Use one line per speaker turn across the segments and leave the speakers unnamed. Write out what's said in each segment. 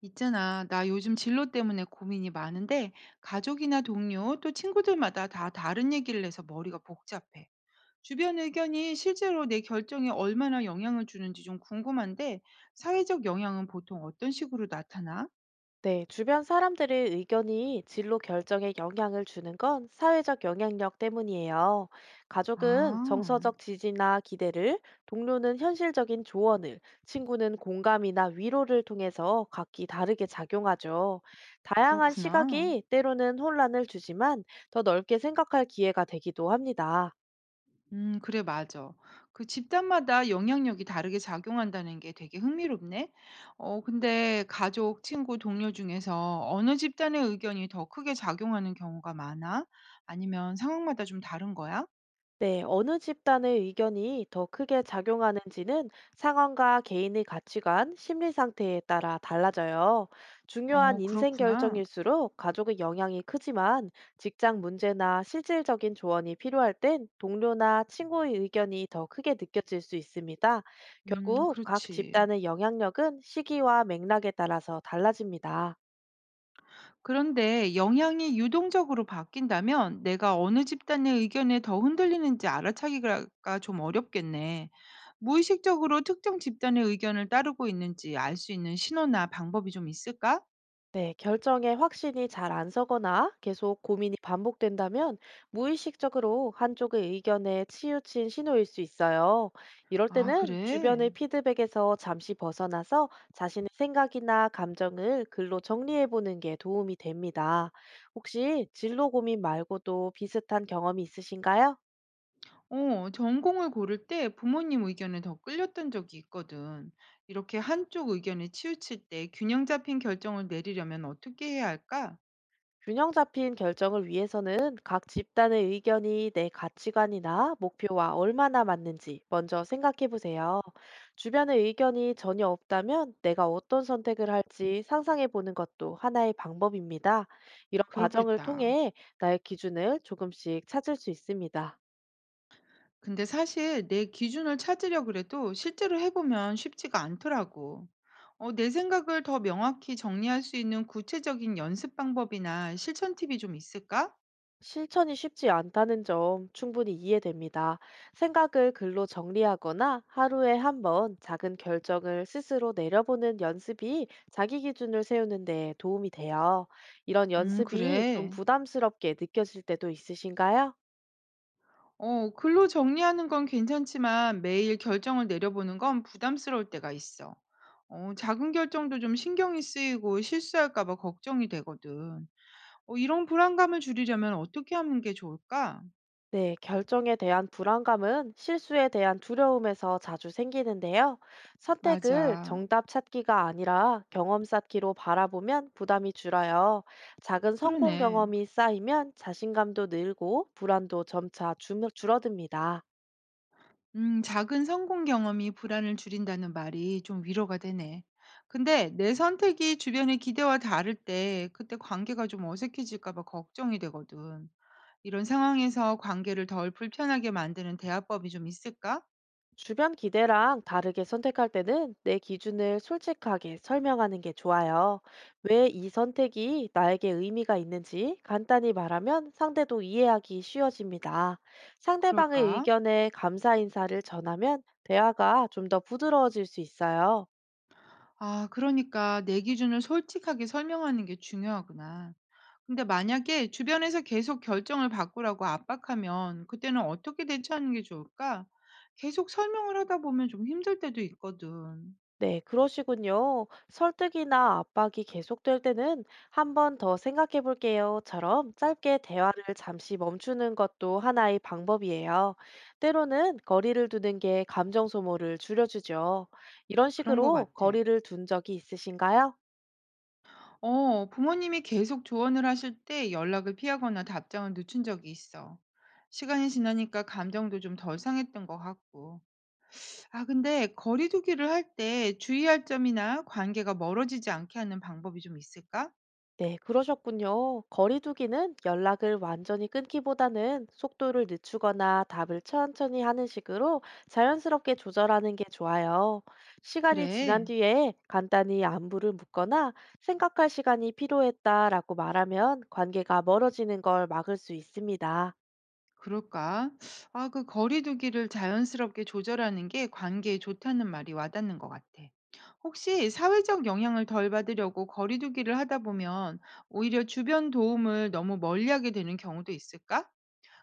있잖아, 나 요즘 진로 때문에 고민이 많은데, 가족이나 동료, 또 친구들마다 다 다른 얘기를 해서 머리가 복잡해. 주변 의견이 실제로 내 결정에 얼마나 영향을 주는지 좀 궁금한데, 사회적 영향은 보통 어떤 식으로 나타나?
네, 주변 사람들의 의견이 진로 결정에 영향을 주는 건 사회적 영향력 때문이에요. 가족은
아,
정서적 지지나 기대를, 동료는 현실적인 조언을, 친구는 공감이나 위로를 통해서 각기 다르게 작용하죠. 다양한
그렇구나.
시각이 때로는 혼란을 주지만 더 넓게 생각할 기회가 되기도 합니다.
그래, 맞아. 그 집단마다 영향력이 다르게 작용한다는 게 되게 흥미롭네. 근데 가족, 친구, 동료 중에서 어느 집단의 의견이 더 크게 작용하는 경우가 많아? 아니면 상황마다 좀 다른 거야?
네, 어느 집단의 의견이 더 크게 작용하는지는 상황과 개인의 가치관, 심리 상태에 따라 달라져요. 중요한
어,
인생
그렇구나.
결정일수록 가족의 영향이 크지만 직장 문제나 실질적인 조언이 필요할 땐 동료나 친구의 의견이 더 크게 느껴질 수 있습니다. 결국 각
그렇지.
집단의 영향력은 시기와 맥락에 따라서 달라집니다.
그런데 영향이 유동적으로 바뀐다면 내가 어느 집단의 의견에 더 흔들리는지 알아차기가 좀 어렵겠네. 무의식적으로 특정 집단의 의견을 따르고 있는지 알 수 있는 신호나 방법이 좀 있을까?
네, 결정에 확신이 잘 안 서거나 계속 고민이 반복된다면 무의식적으로 한쪽의 의견에 치우친 신호일 수 있어요. 이럴
아,
때는
그래?
주변의 피드백에서 잠시 벗어나서 자신의 생각이나 감정을 글로 정리해 보는 게 도움이 됩니다. 혹시 진로 고민 말고도 비슷한 경험이 있으신가요?
전공을 고를 때 부모님 의견에 더 끌렸던 적이 있거든. 이렇게 한쪽 의견에 치우칠 때 균형 잡힌 결정을 내리려면 어떻게 해야 할까?
균형 잡힌 결정을 위해서는 각 집단의 의견이 내 가치관이나 목표와 얼마나 맞는지 먼저 생각해 보세요. 주변의 의견이 전혀 없다면 내가 어떤 선택을 할지 상상해 보는 것도 하나의 방법입니다. 이런 과정을
그렇겠다.
통해 나의 기준을 조금씩 찾을 수 있습니다.
근데 사실 내 기준을 찾으려 그래도 실제로 해보면 쉽지가 않더라고. 내 생각을 더 명확히 정리할 수 있는 구체적인 연습 방법이나 실천 팁이 좀 있을까?
실천이 쉽지 않다는 점 충분히 이해됩니다. 생각을 글로 정리하거나 하루에 한번 작은 결정을 스스로 내려보는 연습이 자기 기준을 세우는 데 도움이 돼요. 이런 연습이 좀
그래.
부담스럽게 느껴질 때도 있으신가요?
글로 정리하는 건 괜찮지만 매일 결정을 내려보는 건 부담스러울 때가 있어. 작은 결정도 좀 신경이 쓰이고 실수할까 봐 걱정이 되거든. 이런 불안감을 줄이려면 어떻게 하는 게 좋을까?
네, 결정에 대한 불안감은 실수에 대한 두려움에서 자주 생기는데요. 선택을
맞아.
정답 찾기가 아니라 경험 쌓기로 바라보면 부담이 줄어요. 작은 성공
그러네.
경험이 쌓이면 자신감도 늘고 불안도 점차 줄어듭니다.
작은 성공 경험이 불안을 줄인다는 말이 좀 위로가 되네. 근데 내 선택이 주변의 기대와 다를 때 그때 관계가 좀 어색해질까 봐 걱정이 되거든. 이런 상황에서 관계를 덜 불편하게 만드는 대화법이 좀 있을까?
주변 기대랑 다르게 선택할 때는 내 기준을 솔직하게 설명하는 게 좋아요. 왜 이 선택이 나에게 의미가 있는지 간단히 말하면 상대도 이해하기 쉬워집니다. 상대방의
그럴까?
의견에 감사 인사를 전하면 대화가 좀 더 부드러워질 수 있어요.
아, 그러니까 내 기준을 솔직하게 설명하는 게 중요하구나. 근데 만약에 주변에서 계속 결정을 바꾸라고 압박하면 그때는 어떻게 대처하는 게 좋을까? 계속 설명을 하다 보면 좀 힘들 때도 있거든.
네, 그러시군요. 설득이나 압박이 계속될 때는 한 번 더 생각해 볼게요.처럼 짧게 대화를 잠시 멈추는 것도 하나의 방법이에요. 때로는 거리를 두는 게 감정 소모를 줄여주죠. 이런
그런 거
식으로
같아.
거리를 둔 적이 있으신가요?
부모님이 계속 조언을 하실 때 연락을 피하거나 답장을 늦춘 적이 있어. 시간이 지나니까 감정도 좀 덜 상했던 것 같고. 아, 근데 거리 두기를 할 때 주의할 점이나 관계가 멀어지지 않게 하는 방법이 좀 있을까?
네, 그러셨군요. 거리두기는 연락을 완전히 끊기보다는 속도를 늦추거나 답을 천천히 하는 식으로 자연스럽게 조절하는 게 좋아요. 시간이 지난
그래.
뒤에 간단히 안부를 묻거나 생각할 시간이 필요했다라고 말하면 관계가 멀어지는 걸 막을 수 있습니다.
그럴까? 아, 그 거리 두기를 자연스럽게 조절하는 게 관계에 좋다는 말이 와닿는 것 같아. 혹시 사회적 영향을 덜 받으려고 거리 두기를 하다 보면 오히려 주변 도움을 너무 멀리하게 되는 경우도 있을까?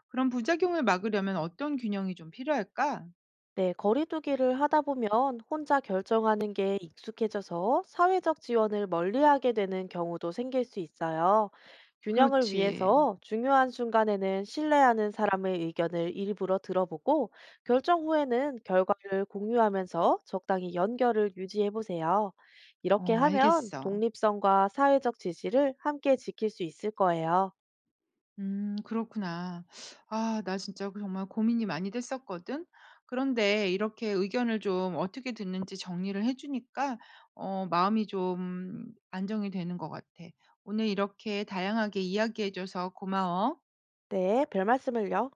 그런 부작용을 막으려면 어떤 균형이 좀 필요할까?
네, 거리두기를 하다 보면 혼자 결정하는 게 익숙해져서 사회적 지원을 멀리하게 되는 경우도 생길 수 있어요. 균형을
그렇지.
위해서 중요한 순간에는 신뢰하는 사람의 의견을 일부러 들어보고 결정 후에는 결과를 공유하면서 적당히 연결을 유지해 보세요. 이렇게 하면
알겠어.
독립성과 사회적 지지를 함께 지킬 수 있을 거예요.
음, 그렇구나. 아, 나 진짜 그 정말 고민이 많이 됐었거든. 그런데 이렇게 의견을 좀 어떻게 듣는지 정리를 해 주니까 어 마음이 좀 안정이 되는 것 같아. 오늘 이렇게 다양하게 이야기해 줘서 고마워.
네, 별 말씀을요.